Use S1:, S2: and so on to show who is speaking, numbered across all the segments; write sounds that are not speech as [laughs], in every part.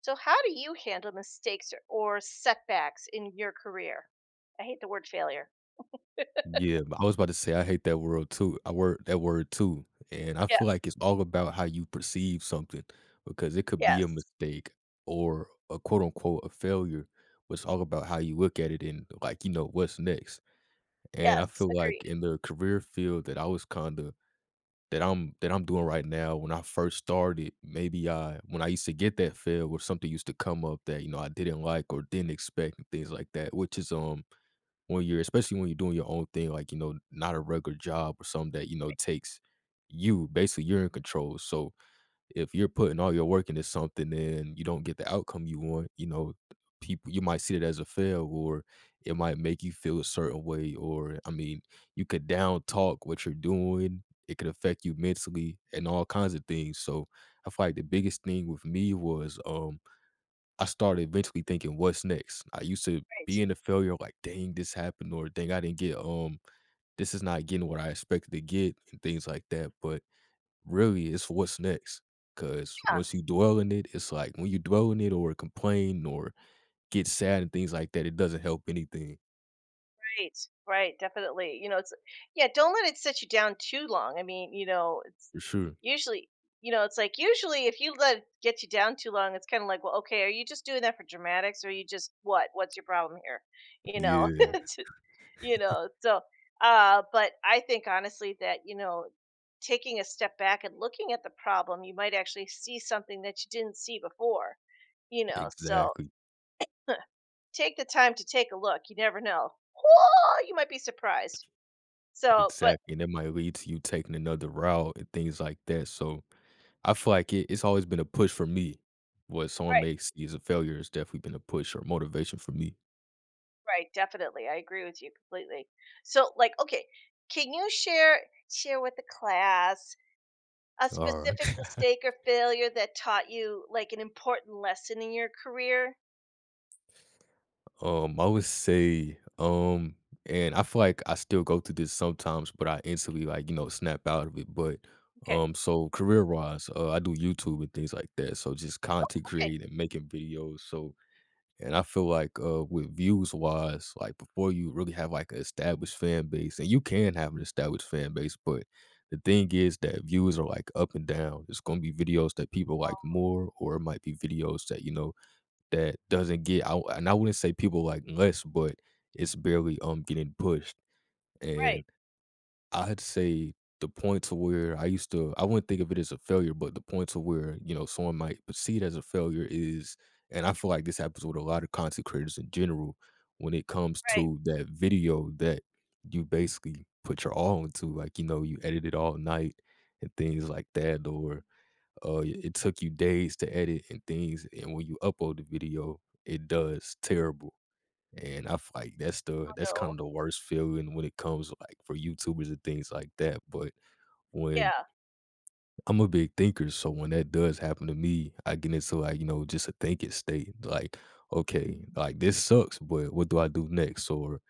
S1: So, how do you handle mistakes or setbacks in your career? I hate the word failure.
S2: Yeah, but I was about to say I hate that word too. I word that word too, and I
S1: Yeah.
S2: feel like it's all about how you perceive something because it could be a
S1: Yes.
S2: mistake or a quote unquote a failure. But it's all about how you look at it and like you know what's next. And I
S1: Yes.
S2: feel like
S1: Agreed.
S2: in the career field that I was kind of that I'm doing right now, when I first started, maybe I when I used to get that fail or something used to come up that you know I didn't like or didn't expect and things like that, which is when you're especially when you're doing your own thing, like, you know, not a regular job or something that, you know, takes you basically you're in control. So if you're putting all your work into something and you don't get the outcome you want, you know, people you might see it as a fail or it might make you feel a certain way. Or I mean, you could down talk what you're doing. It could affect you mentally and all kinds of things. So I feel like the biggest thing with me was I started eventually thinking, "What's next?" I used to
S1: Right.
S2: be in the failure like, "Dang, this happened," or "Dang, I didn't get, this is not getting what I expected to get," and things like that, but really, it's what's next, because
S1: Yeah,
S2: once you dwell in it, it's like when you dwell in it or complain or get sad and things like that, it doesn't help anything.
S1: right. Right. Definitely. You know, it's, yeah. Don't let it set you down too long. I mean, it's
S2: For sure.
S1: usually, it's like usually if you let it get you down too long, it's kind of like, well, okay, are you just doing that for dramatics, or are you just what? What's your problem here? [laughs]
S2: Yeah,
S1: It's, so, but I think honestly that, taking a step back and looking at the problem, you might actually see something that you didn't see before, so
S2: exactly,
S1: take the time to take a look. You never know. Whoa, you might be surprised, so but,
S2: exactly, and that might lead to you taking another route and things like that, so I feel like it's always been a push for me. What someone
S1: right,
S2: makes is a failure has definitely been a push or motivation for me.
S1: right, definitely, I agree with you completely. So, like, okay, can you share with the class a specific
S2: Alright.
S1: mistake or failure that taught you, like, an important lesson in your career?
S2: I would say, and I feel like I still go through this sometimes, but I instantly like, you know, snap out of it. But
S1: Okay.
S2: so career wise, I do YouTube and things like that. So just content
S1: Okay.
S2: creating making videos. So and I feel like, with views wise, like before you really have like an established fan base, and you can have an established fan base, but the thing is that views are like up and down. It's gonna be videos that people like more, or it might be videos that you know that doesn't get out. And I wouldn't say people like less, but it's barely getting pushed.
S1: Right.
S2: And I'd say the point to where I used to I wouldn't think of it as a failure, but the point to where, you know, someone might perceive it as a failure is and I feel like this happens with a lot of content creators in general, when it comes
S1: Right,
S2: to that video that you basically put your all into, like, you know, you edited all night and things like that, or, it took you days to edit and things, and when you upload the video, it does terrible. And I feel like that's the
S1: oh
S2: that's kind
S1: no.
S2: of the worst feeling when it comes like for YouTubers and things like that. But when
S1: Yeah,
S2: I'm a big thinker, so when that does happen to me, I get into like, you know, just a thinking state. Like, okay, like this sucks, but what do I do next? Or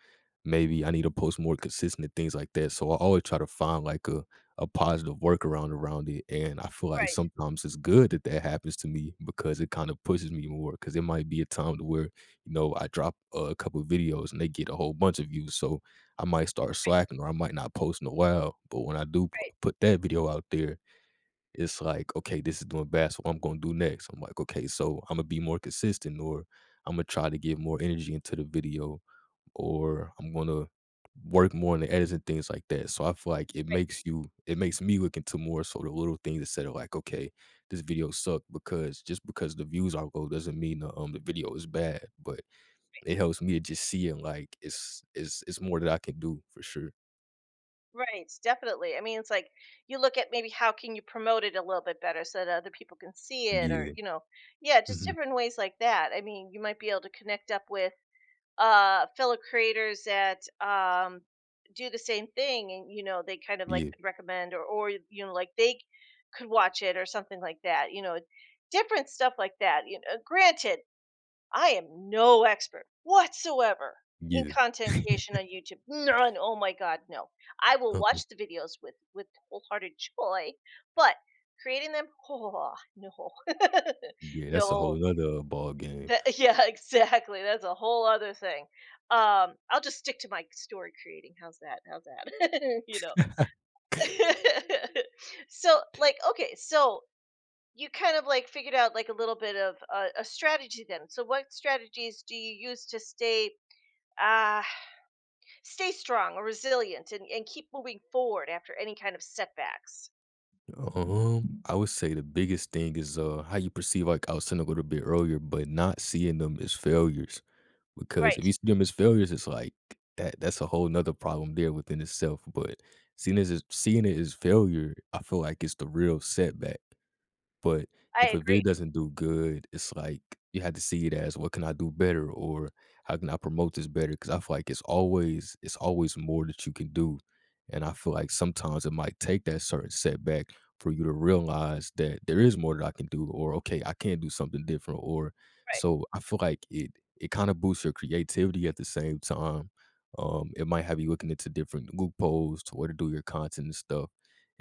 S2: maybe I need to post more consistent things like that. So I always try to find like a positive workaround around it, and I feel like
S1: right,
S2: sometimes it's good that that happens to me because it kind of pushes me more. Because it might be a time to where you know I drop a couple videos and they get a whole bunch of views, so I might start
S1: right,
S2: slacking or I might not post in a while. But when I do
S1: right,
S2: put that video out there, it's like okay, this is doing bad, so what I'm gonna do next. I'm like okay, so I'm gonna be more consistent or I'm gonna try to give more energy into the video or I'm gonna work more on the edits and things like that. So I feel like
S1: right,
S2: it makes me look into more sort of little things instead of like, okay, this video sucked because just because the views are low doesn't mean the video is bad. But it helps me to just see it like it's more that I can do for sure.
S1: right, definitely. I mean, it's like, you look at maybe how can you promote it a little bit better so that other people can see it or,
S2: Yeah.
S1: you know Yeah, just
S2: Mhm.
S1: different ways like that. I mean, you might be able to connect up with, fellow creators that, do the same thing, and, they kind of, like,
S2: Yeah.
S1: could recommend or, they could watch it or something like that, you know? Different stuff like that, you know? Granted, I am no expert whatsoever in
S2: Yeah.
S1: content creation
S2: [laughs]
S1: on YouTube. None. Oh my god, no. I will
S2: Uh-huh.
S1: watch the videos with wholehearted joy, but creating them, oh no, [laughs]
S2: Yeah, that's a whole
S1: no.
S2: nother ball game.
S1: That, yeah, [laughs] exactly. That's a whole other thing. I'll just stick to my story creating. How's that? How's that? [laughs] [laughs] So, like, okay, so you kind of like figured out like a little bit of a strategy then. So what strategies do you use to uh stay strong or resilient, and keep moving forward after any kind of setbacks?
S2: I would say the biggest thing is how you perceive like I was saying a little bit earlier, but not seeing them as failures. Because if you
S1: Right.
S2: see them as failures, it's like that's a whole nother problem there within itself. But seeing it as failure, I feel like it's the real setback. But
S1: I
S2: if a
S1: agree.
S2: vid doesn't do good, it's like you have to see it as what can I do better or how can I promote this better? Because I feel like it's always more that you can do. And I feel like sometimes it might take that certain setback for you to realize that there is more that I can do or okay, I can do something different. Or
S1: Right,
S2: so I feel like it kind of boosts your creativity at the same time. It might have you looking into different loopholes to where to do your content and stuff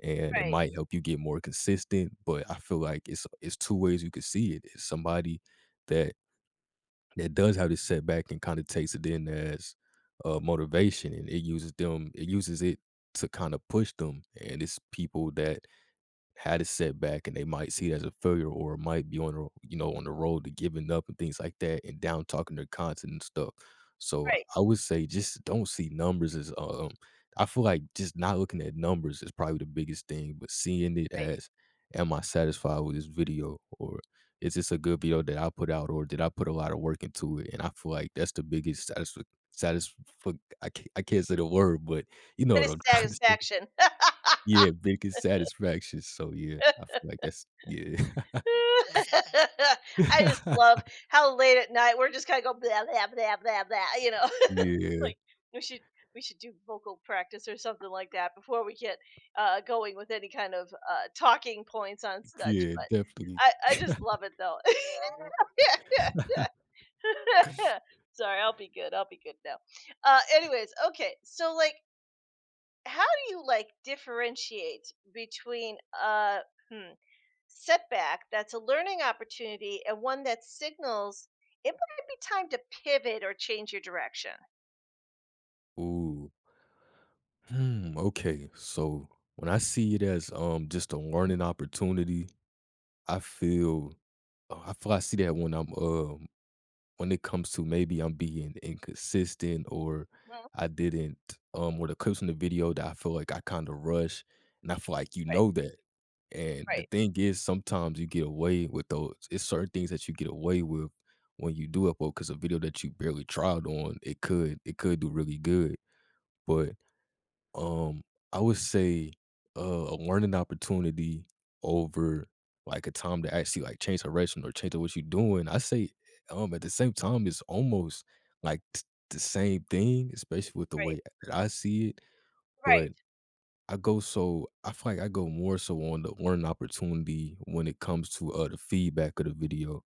S2: and it
S1: right,
S2: might help you get more consistent, but I feel like it's two ways you could see it. It's somebody that that does have this setback and kinda takes it in as, motivation, and it uses it to kinda push them, and it's people that had a setback and they might see it as a failure or it might be on the you know on the road to giving up and things like that and down talking their content and stuff so
S1: right,
S2: I would say just don't see numbers as I feel like just not looking at numbers is probably the biggest thing but seeing it
S1: right.
S2: as am I satisfied with this video or is this a good video that I put out or did I put a lot of work into it and I feel like that's the biggest satisfaction satisf- I can't say the word but you know
S1: Bit of
S2: what I'm [laughs] trying to say
S1: satisfaction.
S2: yeah, biggest satisfaction, so yeah,
S1: [laughs]
S2: I feel like that's yeah.
S1: [laughs] I just
S2: [laughs]
S1: love how late at night we're just kind of go blah blah blah blah blah. [laughs] It's
S2: Yeah,
S1: like we should we should do vocal practice or something like that before we get going with any kind of talking points on such.
S2: yeah,
S1: But
S2: definitely.
S1: I just love it though. [laughs] Yeah, yeah, yeah. [laughs] Sorry, I'll be good. I'll be good now. Anyways, okay. So, like, how do you, like, differentiate between Hmm, setback that's a learning opportunity and one that signals it might be time to pivot or change your direction.
S2: Ooh, hmm, okay, so when I see it as, just a learning opportunity, I feel, I feel I see that when I'm, when it comes to maybe I'm being inconsistent or
S1: Mhm.
S2: I didn't or the clips in the video that I feel like I kind of rush and I feel like you
S1: Right,
S2: know that. And
S1: right,
S2: the thing is sometimes you get away with those. It's certain things that you get away with when you do upload because a video that you barely tried on, it could do really good. But um, I would say, a learning opportunity over, like, a time to actually, like, change direction or change what you're doing. I say, at the same time, it's almost, like, t the same thing, especially with the
S1: right,
S2: way that I see it,
S1: right,
S2: but I feel like I go more so on the learning opportunity when it comes to, the feedback of the video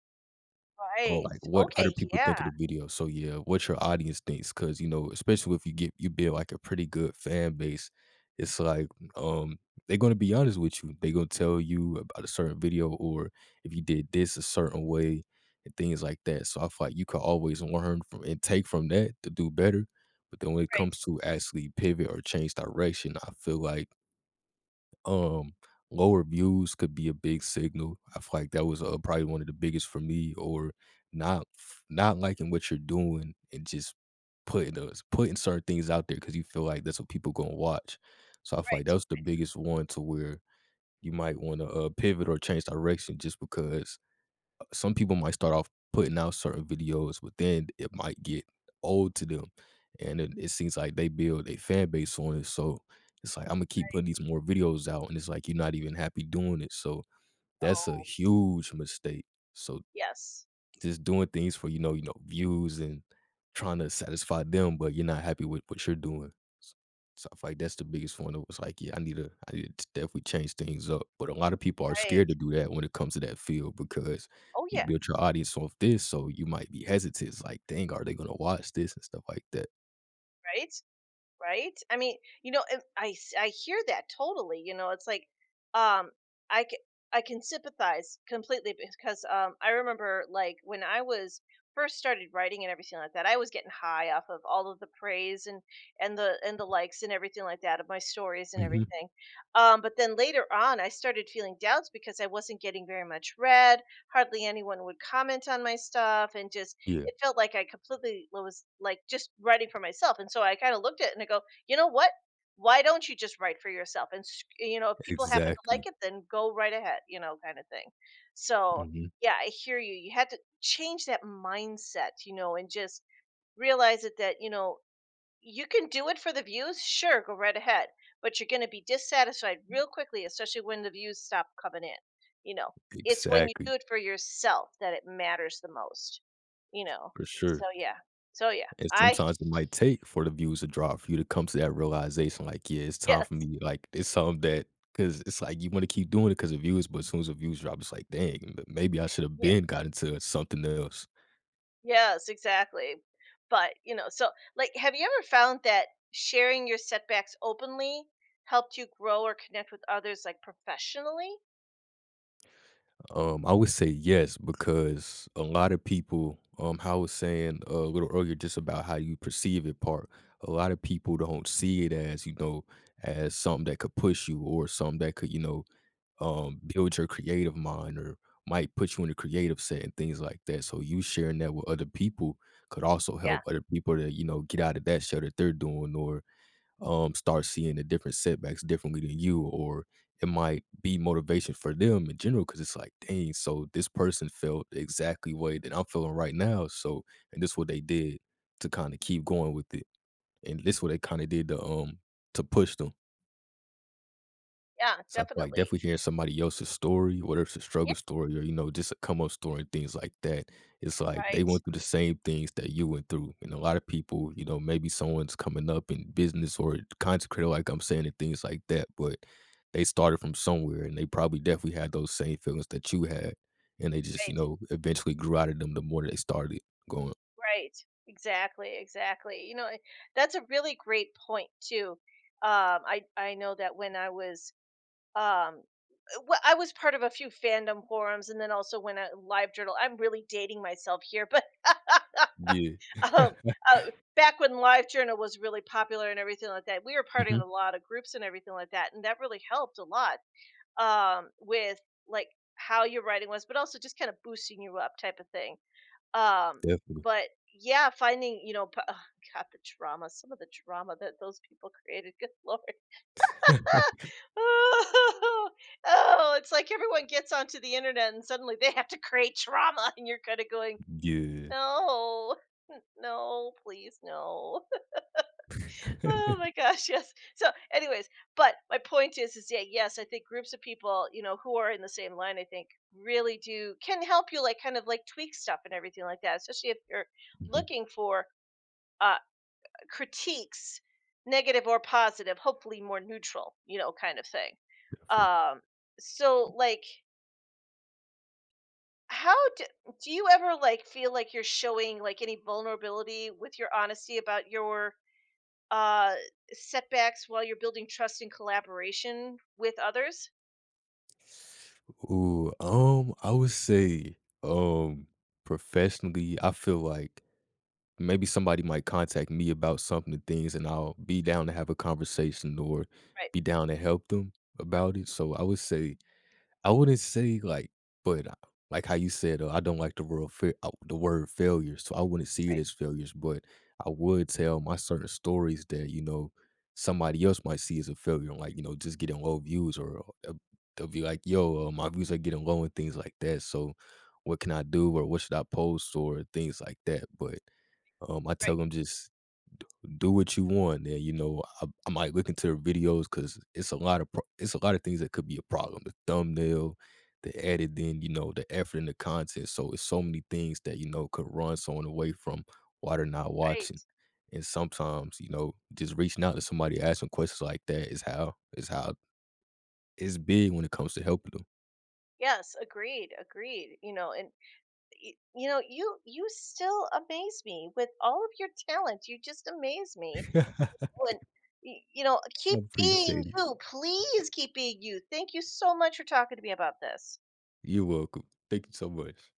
S2: or
S1: right.
S2: like what other
S1: Okay,
S2: people
S1: yeah,
S2: think of the video. So yeah, what your audience thinks, because you know, especially if you get you build like a pretty good fan base, it's like um they're gonna be honest with you. They're gonna tell you about a certain video or if you did this a certain way and things like that. So I feel like you could always learn from and take from that to do better. But then when it
S1: right,
S2: comes to actually pivot or change direction, I feel like um, low reviews could be a big signal. I feel like that was, probably one of the biggest for me or not liking what you're doing and just putting certain things out there because you feel like that's what people gonna watch. So I feel like that
S1: right.
S2: was the biggest one to where you might wanna, pivot or change direction just because some people might start off putting out certain videos, but then it might get old to them. And it seems like they build a fan base on it. So it's like, I'm going to keep putting these more videos out. And it's like, you're not even happy doing it. So that's a
S1: Oh,
S2: huge mistake. So
S1: yes,
S2: just doing things for, views and trying to satisfy them, but you're not happy with what you're doing. S so I feel like that's the biggest one. It was like, yeah, I need to definitely change things up, but a lot of people are
S1: right.
S2: scared to do that when it comes to that field because
S1: Oh,
S2: you
S1: yeah,
S2: built your audience off this, so you might be hesitant. It's like, "Dang, are they gonna watch this?" and stuff like that.
S1: right. Right? I mean, and I hear that totally. It's like, um, I can I can sympathize completely because I remember, like, when I was first started writing and everything like that, I was getting high off of all of the praise and the likes and everything like that of my stories and
S2: Mhm.
S1: everything. But then later on, I started feeling doubts because I wasn't getting very much read. Hardly anyone would comment on my stuff, and just
S2: Yeah.
S1: it felt like I completely was like just writing for myself. And so I kind of looked at it and I go, you know what? Why don't you just write for yourself? And, if people happen to like
S2: Exactly.
S1: it, then go right ahead, kind of thing. So,
S2: Mhm.
S1: yeah, I hear you. You had to change that mindset, and just realize it that, you can do it for the views, sure, go right ahead. But you're going to be dissatisfied real quickly, especially when the views stop coming in. You know, it's when you do
S2: Exactly.
S1: it for yourself that it matters the most. You know,
S2: For
S1: so
S2: sure.
S1: yeah, so yeah,
S2: And
S1: I
S2: sometimes it might take for the views to drop for you to come to that realization, like, yeah, it's
S1: [laughs]
S2: time
S1: yes,
S2: for me. Like, it's something that because it's like you want to keep doing it because of views, but as soon as the views drop, it's like, dang, maybe I should have
S1: yeah,
S2: been got into something else.
S1: yes, exactly. But so, like, have you ever found that sharing your setbacks openly helped you grow or connect with others, like professionally?
S2: I would say yes because a lot of people, how I was saying a little earlier, just about how you perceive it part. A lot of people don't see it as as something that could push you or something that could build your creative mind or might put you in a creative set and things like that. So you sharing that with other people could also
S1: Yeah,
S2: help other people to, you know, get out of that shell that they're doing or start seeing the different setbacks differently than you, or it might be motivation for them in general because it's like, dang, so this person felt the exactly way that I'm feeling right now. So and this what they did to kind of keep going with it, and this what they kind of did to push them.
S1: yeah,
S2: So I feel like
S1: definitely.
S2: definitely hearing somebody else's story, whether it's a
S1: Yeah,
S2: struggle story or, you know, just a come up story and things like that. It's like they
S1: right,
S2: went through the same things that you went through. And a lot of people, you know, maybe someone's coming up in business or consecrated, like I'm saying, and things like that. But they started from somewhere, and they probably definitely had those same feelings that you had. And they just, you
S1: right.
S2: know, eventually grew out of them the more they started going.
S1: Right. Exactly, exactly. That's a really great point too. I know that when I was um well, I was part of a few fandom forums, and then also when I Live Journal. I'm really dating myself here, but [laughs]
S2: Yeah.
S1: um, uh, back when Live Journal was really popular and everything like that, we were
S2: [laughs]
S1: part of
S2: Hmm.
S1: a lot of groups and everything like that, and that really helped a lot with, like, how your writing was, but also just kind of boosting you up type of thing. Um,
S2: Definitely.
S1: but yeah, finding, ugh, God, some of the drama that those people created. Good lord. [laughs]
S2: [laughs]
S1: Oh, it's like everyone gets onto the internet and suddenly they have to create drama, and you're kind of going,
S2: Yeah.
S1: no, [laughs] no, please, no. [laughs]
S2: [laughs]
S1: Oh
S2: Hmm.
S1: my gosh, yes. So, anyways, but my point is, yeah, yes, I think groups of people, who are in the same line, I think really do can help you, like, kind of like tweak stuff and everything like that, especially if you're
S2: Definitely.
S1: looking for uh, critiques, negative or positive, hopefully more neutral, kind of thing. Um, so, like, how do you ever, like, feel like you're showing, like, any vulnerability with your honesty about your uh setbacks while you're building trust and collaboration with others?
S2: Ooh, I would say, um, professionally, I feel like maybe somebody might contact me about something and things, and I'll be down to have a conversation or
S1: Right,
S2: be down to help them about it. So I would say I wouldn't say like, but like how you said, I don't like the word the word failure, so I wouldn't see it
S1: right,
S2: as failures. But I would tell my certain stories that, you know, somebody else might see as a failure, like, you know, just getting low views, or they'll be like, "Yo, my views are getting low" and things like that. So what can I do, or what should I post, or things like that. But I tell
S1: right,
S2: them just do what you want. And you know I might look into their videos because it's a lot of it's a lot of things that could be a problem, the thumbnail, the editing, you know, the effort and the content. So it's so many things that, you know, could run someone away from why they're not watching.
S1: right.
S2: And sometimes, you know, just reaching out to somebody asking questions like that is how it's big when it comes to helping
S1: Yes, agreed, agreed. And you still amaze me with all of your talent. You just amaze me.
S2: them. [laughs]
S1: And
S2: I
S1: keep being
S2: appreciate it.
S1: you. Please keep being you. Thank you so much for talking to me about this.
S2: You're welcome. Thank you so much.